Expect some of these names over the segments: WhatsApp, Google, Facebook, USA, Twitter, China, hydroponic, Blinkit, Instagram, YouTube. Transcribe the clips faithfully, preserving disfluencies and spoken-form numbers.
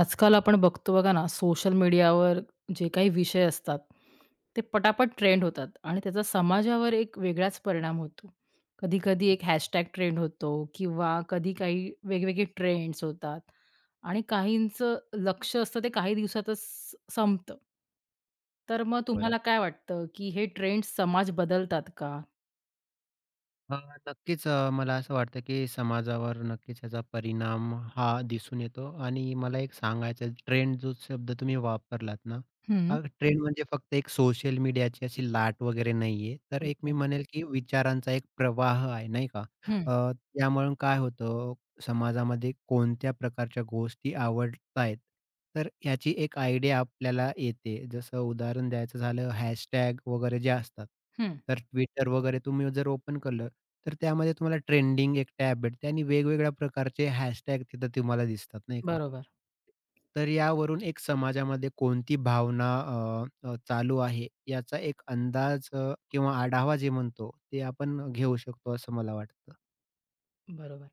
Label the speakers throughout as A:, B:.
A: आजकाल आपण बघतो बघा ना, सोशल मीडियावर जे काही विषय असतात, ते पटापट ट्रेंड होतात आणि त्याचा समाजावर एक वेगळाच परिणाम होतो. कधी-कधी एक हॅशटॅग ट्रेंड होतो किंवा कधी काही वेगवेगळे ट्रेंड्स होतात आणि काहींचं लक्ष असतं ते काही दिवसातच संपतं. तर मग
B: बरं
A: तुम्हाला काय वाटतं, की हे ट्रेंड्स समाज बदलतात का?
B: अ, नक्कीच अ, मला असं वाटतं की समाजावर नक्कीच याचा परिणाम हा दिसून येतो आणि मला एक सांगायचं ट्रेंड जो शब्द तुम्ही वापरलात ना,
A: हं.
B: हा ट्रेंड म्हणजे फक्त एक सोशल मीडियाची अशी लाट वगैरे नाहीये, तर एक मी
A: ओके.
B: म्हणेल की विचारांचा एक प्रवाह आहे, नाही का?
A: हं,
B: अ, त्यामुळे काय होतं समाजामध्ये कोणत्या प्रकारच्या गोष्टी आवडतायत. तर याची एक आयडिया आपल्याला येते. जसं उदाहरण द्यायचं झालं हॅशटॅग वगैरे जे असतात.
A: हं.
B: तर Twitter वगैरे तुम्ही जर ओपन केलं, तर त्यामध्ये तुम्हाला ट्रेंडिंग एक टॅब भेटते आणि वेगवेगळ्या प्रकारचे हॅशटॅग तिथं तुम्हाला दिसतात, नाही का?
A: बरोबर.
B: तर यावरून एक समाजामध्ये कोणती भावना अ, अ, चालू आहे याचा एक अंदाज अ, किंवा आढावा जे म्हणतो, ते आपण घेऊ शकतो असं मला वाटतं.
A: बरोबर.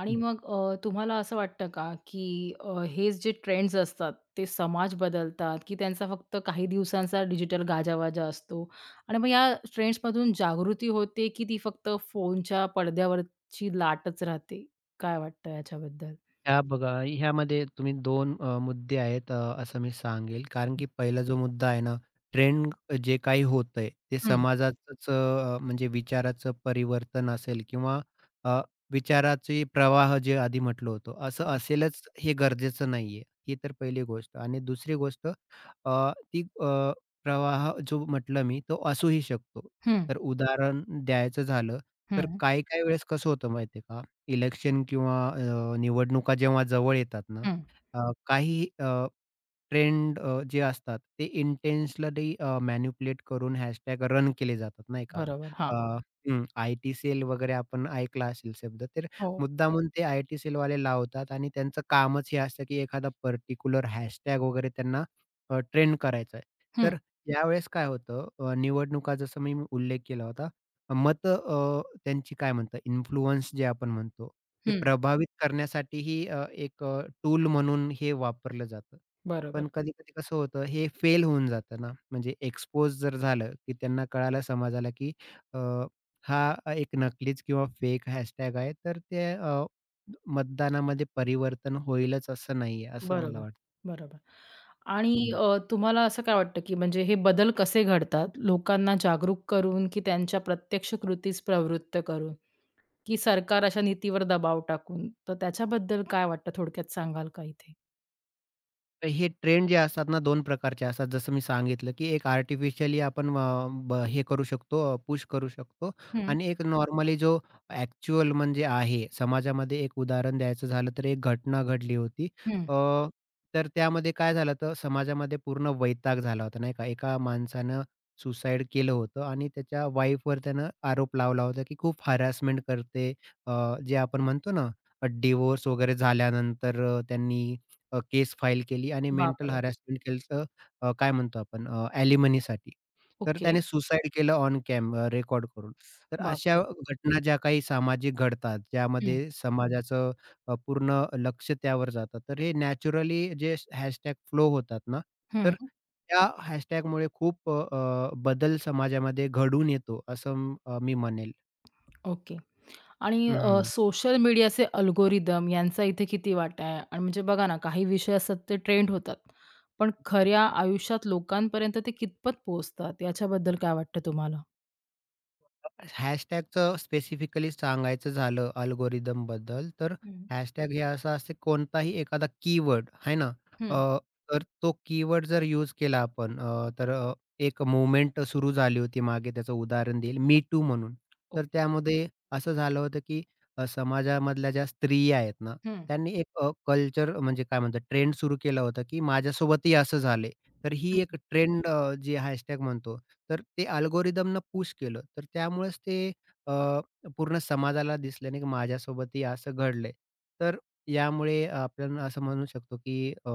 A: आणि मग अ, तुम्हाला असं वाटतं का, की अ, हे जे ट्रेंड्स असतात, ते समाज बदलतात, की त्यांचा फक्त काही दिवसांचा डिजिटल गाजावाजा असतो? आणि मग या ट्रेंड्समधून जागृती होते, की ती फक्त फोनच्या पडद्यावरची लाटच राहते? काय वाटतं याच्याबद्दल?
B: ह्या बघा, ह्यामध्ये तुम्ही दोन अ, मुद्दे आहेत अ, असं मी सांगेल. कारण की पहिला जो मुद्दा आहे ना, ट्रेंड जे काही होतंय ते
A: हं,
B: समाजाचंच अ, म्हणजे विचाराचं परिवर्तन असेल किंवा अ, विचाराचे प्रवाह जे आधी म्हटलं होतं, असं
A: हं,
B: असेलच हे गरजेचं नाहीये. ही तर पहिली गोष्ट आणि दुसरी गोष्ट अ, ती अ, प्रवाह जो म्हटलं मी तो असूही शकतो.
A: हं,
B: तर उदाहरण द्यायचं झालं, तर
A: हं,
B: काही-काही वेळेस कसं होतं माहिती का? इलेक्शन किंवा अ, निवडणुका जेव्हा जवळ येतात ना, अ, काही अ, ट्रेंड अ, जे असतात ते इंटेन्शनली अ, करून हॅशटॅग रन केले जातात नाही का?
A: बरोबर. हां.
B: अ, हो. सेल वगैरे आपण ऐकला असेल शब्द. तर हो.
A: हो.
B: मुद्दामून ते आयटी सेलवाले लावतात आणि त्यांचं कामच हे असतं, की एखादा पर्टिक्युलर हॅशटॅग वगैरे त्यांना ट्रेंड करायचा आहे.
A: हं,
B: तर यावेळेस काय होतं अ, निवडणुका जसं मी उल्लेख केला होता. मतं त्यांची काय म्हणतात इन्फ्लुअन्स जे आपण म्हणतो, ते
A: हं.
B: प्रभावित करण्यासाठीही अ, एक टूल म्हणून हे वापरलं जातं.
A: बरोबर,
B: पण कधी-कधी कसं होतं, हे फेल होऊन जातं ना, म्हणजे एक्सपोज जर झालं, की त्यांना कळालं समाजाला, की अ, हा एक नकलीच किंवा फेक हॅशटॅग आहे, तर ते अ, मतदानामध्ये परिवर्तन होईलच असं नाहीये, असं मला
A: बरोबर,
B: वाटतं.
A: बरोबर. आणि अ, तुम्हाला असं काय वाटतं, की म्हणजे हे बदल कसे घडतात? लोकांना जागरूक करून, की त्यांच्या प्रत्यक्ष कृतीस प्रवृत्त करून, की सरकार अशा नीतीवर दबाव टाकून? तर त्याच्याबद्दल काय वाटतं थोडक्यात सांगाल का इथे?
B: तर हे ट्रेंड जे असतात ना दोन प्रकारचे असतात. जसं मी सांगितलं, की एक आर्टिफिशियली आपण अ, ब हे करू शकतो, अ, पुश करू शकतो
A: हं,
B: आणि एक नॉर्मली जो ॲक्चुअल म्हणजे आहे. समाजामध्ये एक उदाहरण द्यायचं झालं तर एक घटना घडली होती.
A: हं.
B: अ, तर त्यामध्ये काय झालं तर समाजामध्ये पूर्ण वैताग झाला होता नाही का. एका माणसानं सुसाईड केलं होतं आणि त्याच्या वाईफवर त्यानं आरोप लावला होता, की खूप हॅरासमेंट करते. अ, जे आपण म्हणतो ना, डिव्होर्स वगैरे झाल्यानंतर अ, त्यांनी अ, केस फाईल केली आणि मेंटल हं.
A: बापरे!
B: हॅरासमेंट केलचं अ, काय म्हणतो आपण अ, अॅलिमनीसाठी. तर
A: ओके.
B: त्याने सुसाईड केलं ऑन कॅम रेकॉर्ड करून. तर अशा
A: बापरे!
B: घटना ज्या काही सामाजिक घडतात,
A: हं,
B: ज्यामध्ये समाजाचं अ, पूर्ण लक्ष त्यावर जातं. तर हे नॅचरली जे हॅशटॅग फ्लो होतात ना,
A: हं.
B: तर त्या हॅशटॅगमुळे खूप अ, अ, बदल समाजामध्ये घडून येतो असं अ, मी म्हणेल.
A: ओके. आणि अ,
B: हं.
A: सोशल मीडियाचे अल्गोरिदम यांचा इथे किती वाटा आहे? आणि म्हणजे बघा ना, काही विषय असतात ते ट्रेंड होतात. पण खऱ्या आयुष्यात लोकांपर्यंत ते कितपत पोहोचतात? याच्याबद्दल काय वाटतं तुम्हाला?
B: हॅशटॅगचं स्पेसिफिकली सांगायचं झालं अल्गोरिदमबद्दल, तर
A: हं.
B: हॅशटॅग हे असं असते कोणताही एखादा कीवर्ड आहे ना, अ,
A: हं.
B: तर तो कीवर्ड जर यूज केला आपण अ, तर अ, एक मूव्हमेंट सुरू झाली होती मागे त्याचं उदाहरण देईल मी टू म्हणून. तर
A: ओके.
B: त्यामध्ये असं झालं होतं, की अ, समाजामधल्या ज्या स्त्रिया आहेत ना,
A: हं,
B: त्यांनी एक कल्चर म्हणजे काय म्हणतात ट्रेंड सुरू केला होता, की माझ्यासोबतही असं झालंय. तर
A: हं,
B: ही एक ट्रेंड अ, जी हॅशटॅग म्हणतो तर ते अल्गोरिदमनं पुश केलं. तर त्यामुळेच ते अ, पूर्ण समाजाला दिसलं नाही, की माझ्यासोबतही असं घडलंय. तर यामुळे आपण असं म्हणू शकतो, की अ,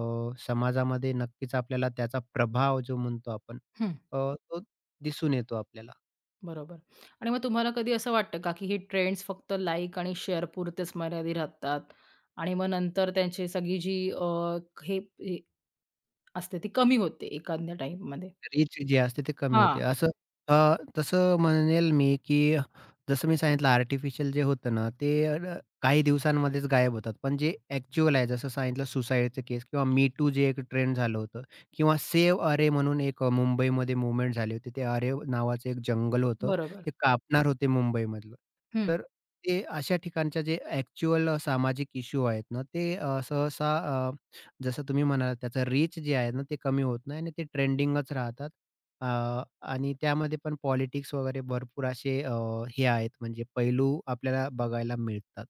B: समाजामध्ये नक्कीच आपल्याला त्याचा प्रभाव जो म्हणतो आपण
A: हं.
B: अ, तो दिसून येतो आपल्याला.
A: बरोबर आणि मग तुम्हाला कधी असं वाटतं का, की ही ट्रेंड्स फक्त लाइक आणि शेअर पुरतेच मर्यादित राहतात आणि मग नंतर त्यांची सगळी जी अ, हे हे असते ती कमी होते एखाद्या टाईममध्ये?
B: रीच जी असते ते कमी होते.
A: हां,
B: असं अ, तसं म्हणेल मी, की जसं मी सांगितलं आर्टिफिशियल जे होतं ना, ते अ, काही दिवसांमध्येच गायब होतात. पण जे ॲक्चुअल आहे, जसं सांगितलं सुसाईडचं केस किंवा मी टू जे एक ट्रेंड झालं होतं किंवा सेव्ह अरे म्हणून एक अ, मुंबईमध्ये मूव्हमेंट झाली होती. ते अरे नावाचं एक जंगल होतं.
A: बरोबर.
B: ते कापणार होते मुंबईमधलं. तर ते अशा ठिकाणच्या जे ॲक्चुअल सामाजिक इश्यू आहेत ना, ते अ, सहसा जसं तुम्ही म्हणालात त्याचं रीच जे आहे ना, ते कमी होत नाही आणि ते ट्रेंडिंगच राहतात. अ, आणि त्यामध्ये पण पॉलिटिक्स वगैरे भरपूर असे अ, हे आहेत म्हणजे पैलू आपल्याला बघायला मिळतात.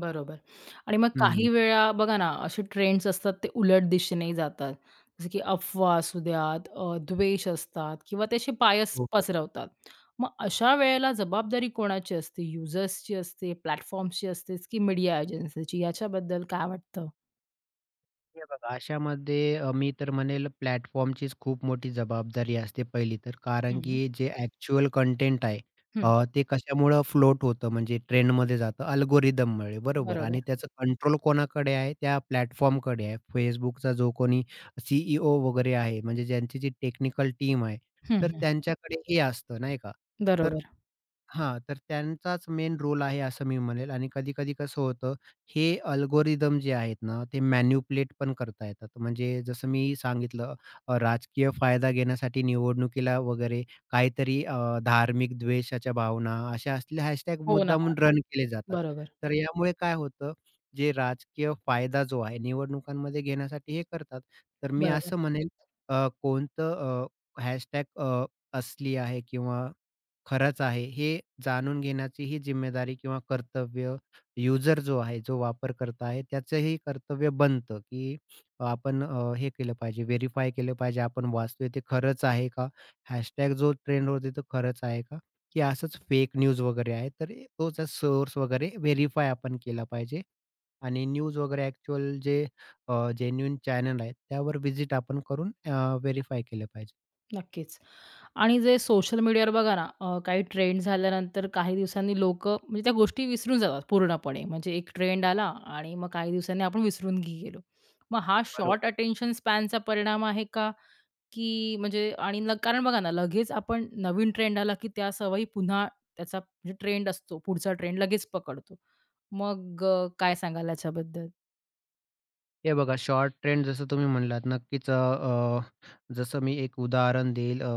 A: बरोबर. आणि मग
B: हं.
A: काही वेळा बघा ना, असे ट्रेंड्स असतात ते उलट दिशेनेही जातात. जसं की अफवा असू द्यात, अ, द्वेष असतात किंवा ते असे बायस
B: हो, हो.
A: पसरवतात. मग अशा वेळेला जबाबदारी कोणाची असते? युजर्सची असते, प्लॅटफॉर्म्सची असतेच की मीडिया एजन्सीची? याच्याबद्दल काय वाटतं?
B: हे बघा, अशामध्ये अ, मी तर म्हणेल प्लॅटफॉर्मचीच खूप मोठी जबाबदारी असते पहिली तर. कारण
A: हं,
B: की जे ॲक्चुअल कंटेंट आहे
A: हं.
B: अ, ते कशामुळं फ्लोट होतं म्हणजे ट्रेंडमध्ये जातं अल्गोरिदममुळे बरोबर
A: बरोबर.
B: आणि त्याचं कंट्रोल कोणाकडे आहे? त्या प्लॅटफॉर्मकडे आहे. Facebookचा जो कोणी सी ई ओ वगैरे आहे म्हणजे ज्यांची जी टेक्निकल टीम आहे,
A: हं,
B: तर
A: हं.
B: त्यांच्याकडे हे असतं नाही का? तर
A: बरोबर.
B: हां, तर त्यांचाच मेन रोल आहे असं मी म्हणेल आणि कधी-कधी कसं होतं हे अल्गोरिदम जे आहेत ना, ते मॅनिपुलेट पण करता येतात. म्हणजे जसं मी सांगितलं अ, राजकीय फायदा घेण्यासाठी निवडणुकीला वगैरे काहीतरी अ, धार्मिक द्वेषाच्या भावना अशा असले हॅशटॅग
A: हो ना.
B: मुद्दामून रन केले जातात.
A: बरोबर,
B: तर यामुळे काय होतं, जे राजकीय फायदा जो आहे निवडणुकांमध्ये घेण्यासाठी हे करतात. तर मी
A: बरोबर.
B: असं म्हणेल अ, कोणतं हॅशटॅग असली आहे किंवा खरंच आहे. हे जाणून घेण्याची ही जिम्मेदारी किंवा कर्तव्य युजर जो आहे, जो वापरकर्ता आहे, त्याचंही कर्तव्य बनतं, की आपण अ, हे केलं पाहिजे, व्हेरिफाय केलं पाहिजे, आपण वाचतोय ते खरंच आहे का? हॅशटॅग जो ट्रेंड होते तो खरंच आहे का? की असंच फेक न्यूज वगैरे आहे, तर हे- तोचा सोर्स वगैरे व्हेरिफाय आपण केला पाहिजे आणि न्यूज वगैरे ॲक्चुअल जे अ, चॅनल आहेत, त्यावर व्हिजिट आपण करून अ, केलं पाहिजे.
A: नक्कीच. आणि जे सोशल मीडियावर बघा ना, अ, काही ट्रेंड झाल्यानंतर काही दिवसांनी लोक, म्हणजे त्या गोष्टी विसरून जातात पूर्णपणे. म्हणजे एक ट्रेंड
B: हो,
A: आला आणि मग काही दिवसांनी आपण विसरून गे गेलो. मग हा शॉर्ट
B: बरोबर.
A: अटेन्शन स्पॅनचा परिणाम आहे का? की म्हणजे आणि ल कारण बघा ना, लगेच आपण नवीन ट्रेंड आला की त्या सवयी पुन्हा त्याचा म्हणजे ट्रेंड असतो, पुढचा ट्रेंड लगेच पकडतो. मग अ, काय सांगाल याच्याबद्दल?
B: हे बघा, शॉर्ट ट्रेंड जसं तुम्ही म्हणलात नक्कीच अ, अ, जसं मी एक उदाहरण देईल अ,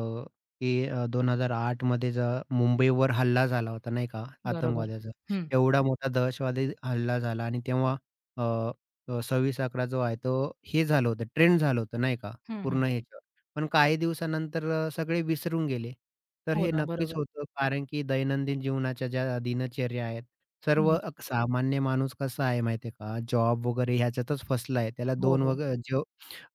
B: की अ, दोन हजार आठ मध्ये ज मुंबईवर हल्ला झाला होता नाही का
A: बरोबर.
B: आतंकवाद्याचा.
A: हं,
B: एवढा मोठा दहशतवादी हल्ला झाला आणि तेव्हा अ, अ, सव्वीस अकरा जो आहे तो हे झालं होतं, ट्रेंड झालं होतं नाही का
A: हं, हं.
B: पूर्ण ह्याच्यावर. पण काही दिवसानंतर अ, सगळे विसरून गेले. तर
A: हो
B: हे
A: ना,
B: नक्कीच
A: बरोबर.
B: होतं कारण की दैनंदिन जीवनाच्या ज्या दिनचर्या आहेत सर्व
A: हं.
B: अ, सामान्य माणूस कसा आहे माहिती का? जॉब वगैरे ह्याच्यातच फसला आहे. त्याला
A: हो,
B: दोन
A: हो.
B: वग जेव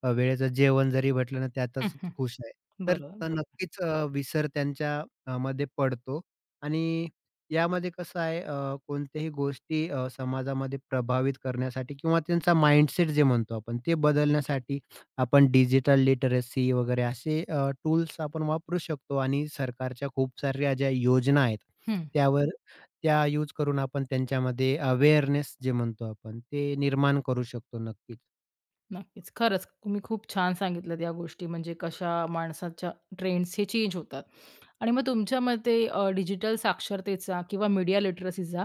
B: अ, वेळेचं जेवण जरी भेटलं ना
A: हं,
B: त्यातच
A: हं.
B: खुश आहे. तर
A: बरोबर,
B: त
A: बरोबर.
B: नक्कीच अ, विसर त्यांच्या अ, मध्ये पडतो आणि यामध्ये कसं आहे अ, कोणत्याही गोष्टी अ, समाजामध्ये प्रभावित करण्यासाठी किंवा त्यांचा माइंडसेट जे म्हणतो आपण ते बदलण्यासाठी आपण डिजिटल लिटरसी वगैरे असे टूल्स आपण वापरू शकतो आणि सरकारच्या खूप साऱ्या ज्या योजना आहेत
A: हं.
B: त्यावर त्या यूज करून आपण त्यांच्यामध्ये अवेअरनेस जे म्हणतो आपण ते निर्माण करू शकतो नक्कीच.
A: नक्कीच. खरंच तुम्ही खूप छान सांगितल्यात या गोष्टी म्हणजे कशा माणसाच्या ट्रेंड्स हे चेंज होतात. आणि मग तुमच्या मते डिजिटल साक्षरतेचा किंवा मीडिया लिटरसीचा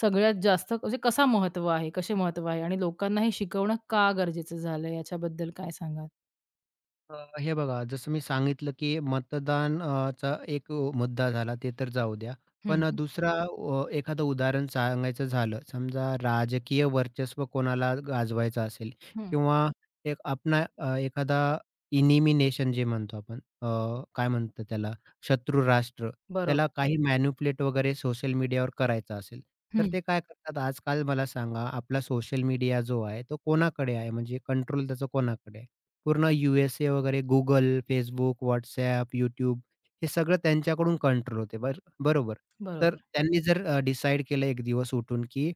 A: सगळ्यात जास्त म्हणजे कसा महत्त्व आहे? कसे महत्त्व आहे? आणि लोकांना हे शिकवणं का गरजेचं झालं याच्याबद्दल काय सांगाल?
B: अ, हे बघा, जसं मी सांगितलं, की मतदान अ, चा एक मुद्दा झाला ते तर जाऊ द्या.
A: हं,
B: पण
A: हं.
B: दुसरा अ, एखादं उदाहरण सांगायचं झालं, समजा राजकीय वर्चस्व कोणाला गाजवायचं असेल किंवा एक आपला अ, एखादा इनिमिनेशन जे म्हणतो आपण अ, काय म्हणतो त्याला शत्रू राष्ट्र, त्याला
A: बरोबर.
B: काही मॅनिप्युलेट वगैरे सोशल मीडियावर करायचं असेल, तर
A: हं.
B: ते काय करतात आजकाल मला सांगा, आपला सोशल मीडिया जो आहे तो कोणाकडे आहे म्हणजे कंट्रोल त्याचा कोणाकडे आहे? पूर्ण यू एस ए वगैरे Google, Facebook, WhatsApp, YouTube हे सगळं त्यांच्याकडून कंट्रोल होते बर बरोबर. तर
A: बरोबर.
B: त्यांनी जर अ, डिसाईड केलं एक दिवस उठून, की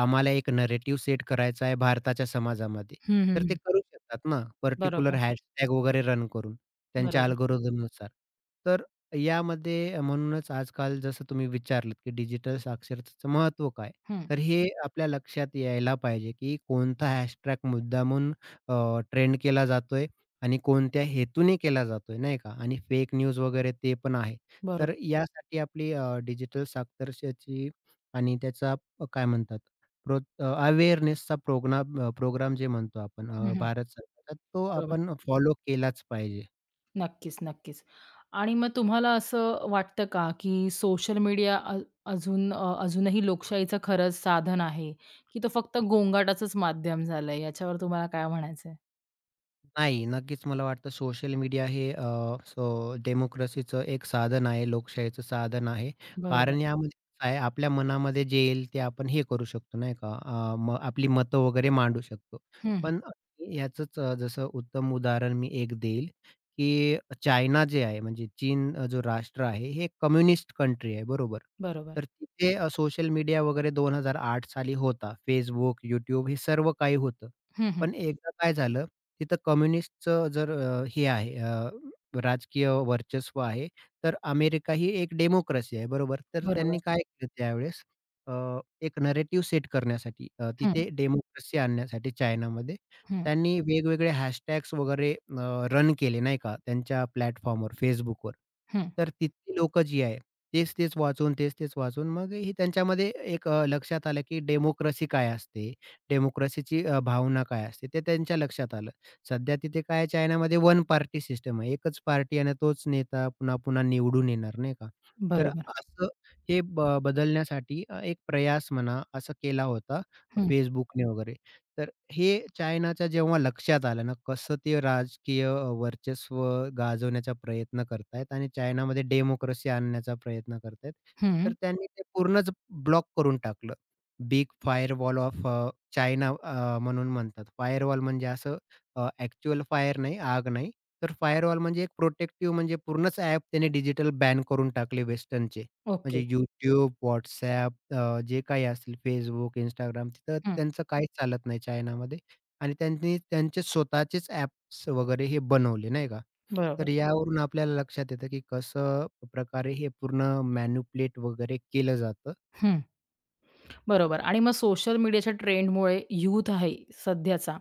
B: आम्हाला एक नरेटिव्ह सेट करायचा आहे भारताच्या समाजामध्ये.
A: हं, हं,
B: तर ते
A: हं.
B: करू शकतात ना, पर्टिक्युलर
A: बरोबर.
B: हॅशटॅग वगैरे रन करून त्यांच्या
A: बरोबर.
B: अल्गोरिथमनुसार. तर यामध्ये म्हणूनच आजकाल जसं तुम्ही विचारलत, की डिजिटल साक्षरतेचं महत्त्व काय?
A: हं.
B: तर हे आपल्या लक्षात यायला पाहिजे, की कोणता हॅशटॅग मुद्दामून ट्रेंड केला जातोय आणि कोणत्या हेतूने केला जातोय, नाही का? आणि फेक न्यूज वगैरे ते पण आहे.
A: बरोबर.
B: तर यासाठी आपली डिजिटल साक्षरतेची आणि त्याचा अ, काय म्हणतात प्रो अ, अवेअरनेसचा प्रोग्राम अ, प्रोग्राम जे म्हणतो आपण
A: हं,
B: अ,
A: हं.
B: भारत सरकारचा, तो
A: बरोबर.
B: आपण फॉलो केलाच पाहिजे.
A: नक्कीच, नक्कीच. आणि मग तुम्हाला असं वाटतं का, की सोशल मीडिया अ अजून अ, अजूनही लोकशाहीचं खरंच साधन आहे, की तो फक्त गोंगाटाचंच माध्यम झालंय? याच्यावर तुम्हाला काय म्हणायचं आहे?
B: नाही, नक्कीच मला वाटतं सोशल मीडिया हे अ, सो डेमोक्रसीचं एक साधन आहे, लोकशाहीचं साधन आहे. कारण
A: बरोबर.
B: हो. यामध्ये कसं आहे, आपल्या मनामध्ये जे येईल ते आपण हे करू शकतो नाही का? अ, मग आपली मतं वगैरे मांडू शकतो.
A: हं, हं.
B: पण ह्याचंच अ, जसं उत्तम उदाहरण मी एक देईल, की चायना जे आहे म्हणजे चीन अ, जो राष्ट्र आहे, हे कम्युनिस्ट कंट्री आहे बरोबर.
A: बरोबर.
B: तर तिथे अ, सोशल मीडिया वगैरे दोन हजार आठ साली होता. Facebook, YouTube हे सर्व काही होतं.
A: हं, हं.
B: पण एकदा काय झालं तिथं कम्युनिस्टचं जर अ, हे आहे अ, राजकीय वर्चस्व आहे. तर अमेरिका ही एक डेमोक्रेसी आहे, बरोबर? तर
A: बरोबर.
B: त्यांनी काय केलं त्यावेळेस अ, एक नरेटिव्ह सेट करण्यासाठी अ,
A: हं,
B: तिथे डेमोक्रेसी आणण्यासाठी चायनामध्ये
A: हं,
B: त्यांनी वेगवेगळे हॅशटॅग्स वगैरे रन केले नाही का त्यांच्या प्लॅटफॉर्मवर, Facebookवर.
A: हं.
B: तर तिथली लोकं जी आहे तेच-तेच वाचून, तेच-तेच वाचून मग हे त्यांच्यामध्ये एक अ, लक्षात आलं की डेमोक्रेसी काय असते? डेमोक्रेसीची भावना काय असते? ते त्यांच्या लक्षात आलं. सध्या तिथे काय आहे चायनामध्ये वन पार्टी सिस्टम आहे. एकच पार्टी आणि तोच नेता पुन्हा-पुन्हा निवडून येणार, नाही का? तर
A: बरोबर.
B: असं हे ब बदलण्यासाठी अ, एक प्रयास म्हणा असा केला होता
A: हं,
B: Facebookने वगैरे. तर हे चायनाच्या जेव्हा लक्षात आलं ना, कसं ते राजकीय अ, वर्चस्व गाजवण्याचा प्रयत्न करतायत आणि चायनामध्ये डेमोक्रसी आणण्याचा प्रयत्न करतायत.
A: हं.
B: तर त्यांनी ते पूर्णच ब्लॉक करून टाकलं. बिग फायरवॉल ऑफ चायना अ, म्हणून म्हणतात. फायरवॉल म्हणजे असं अ, फायर नाही, आग नाही. तर फायरवॉल म्हणजे एक प्रोटेक्टिव्ह म्हणजे पूर्णच ॲप त्याने डिजिटल बॅन करून टाकले वेस्टर्नचे.
A: ओके.
B: म्हणजे YouTube, WhatsApp अ, जे काही असतील Facebook, इंस्टाग्राम तिथं
A: हं.
B: त्यांचं काहीच चालत नाही चायनामध्ये आणि त्यांनी त्यांचे स्वतःचेच ॲप्स वगैरे हे बनवले नाही का.
A: बरोबर.
B: तर यावरून आपल्याला लक्षात येतं, की कसं प्रकारे हे पूर्ण मॅनिप्युलेट वगैरे केलं जातं.
A: हं. बरोबर आणि मग सोशल मीडियाच्या ट्रेंडमुळे यूथ आहे सध्याचा,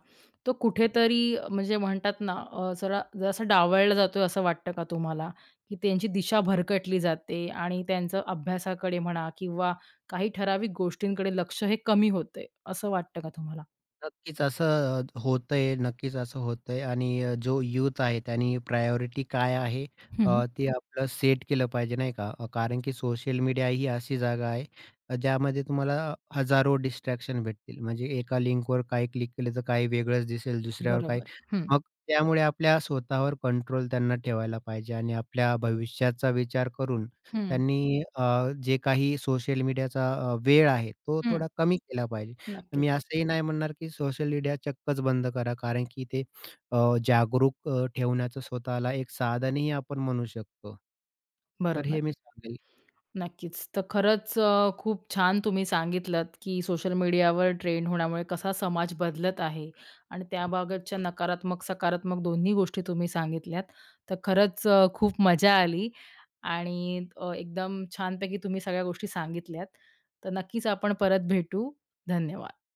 A: तो कुठेतरी अ, म्हणजे म्हणतात ना अ, जरा जरासा डावळला जातोय असं वाटतं का तुम्हाला? की त्यांची दिशा भरकटली जाते आणि त्यांचं अभ्यासाकडे म्हणा किंवा काही ठराविक गोष्टींकडे लक्ष हे कमी होते, असं वाटतं का तुम्हाला?
B: नक्कीच असं अ, होतंय, नक्कीच असं होतंय आणि अ, जो यूथ आहे त्यांनी प्रायोरिटी काय आहे
A: हं,
B: अ, ते आपलं सेट केलं पाहिजे नाही का? अ, कारण की सोशल मीडिया ही अशी जागा आहे अ, ज्यामध्ये तुम्हाला हजारो डिस्ट्रॅक्शन भेटतील. म्हणजे एका लिंकवर काही क्लिक केलं तर काही वेगळंच दिसेल, दुसऱ्यावर काही.
A: बरोबर. हं,
B: मग त्यामुळे आपल्या स्वतःवर कंट्रोल त्यांना ठेवायला पाहिजे आणि आपल्या भविष्याचा विचार करून
A: हं,
B: त्यांनी अ, जे काही सोशल मीडियाचा अ, वेळ आहे तो
A: हं.
B: थोडा कमी केला पाहिजे.
A: नक्कीच.
B: मी असंही नाही म्हणणार, की सोशल मीडिया चक्कच बंद करा. कारण की ते अ, जागरूक अ, ठेवण्याचं स्वतःला एक साधनही आपण म्हणू शकतो. तर
A: बरोबर.
B: हे मी सांगेल.
A: नक्कीच. तर खरंच अ, खूप छान तुम्ही सांगितलत, की सोशल मीडियावर ट्रेंड होण्यामुळे कसा समाज बदलत आहे आणि त्याबाबतच्या नकारात्मक, सकारात्मक दोन्ही गोष्टी तुम्ही सांगितल्यात. तर खरंच अ, खूप मजा आली आणि अ, एकदम छानपैकी तुम्ही सगळ्या गोष्टी सांगितल्यात. तर नक्कीच आपण परत भेटू. धन्यवाद.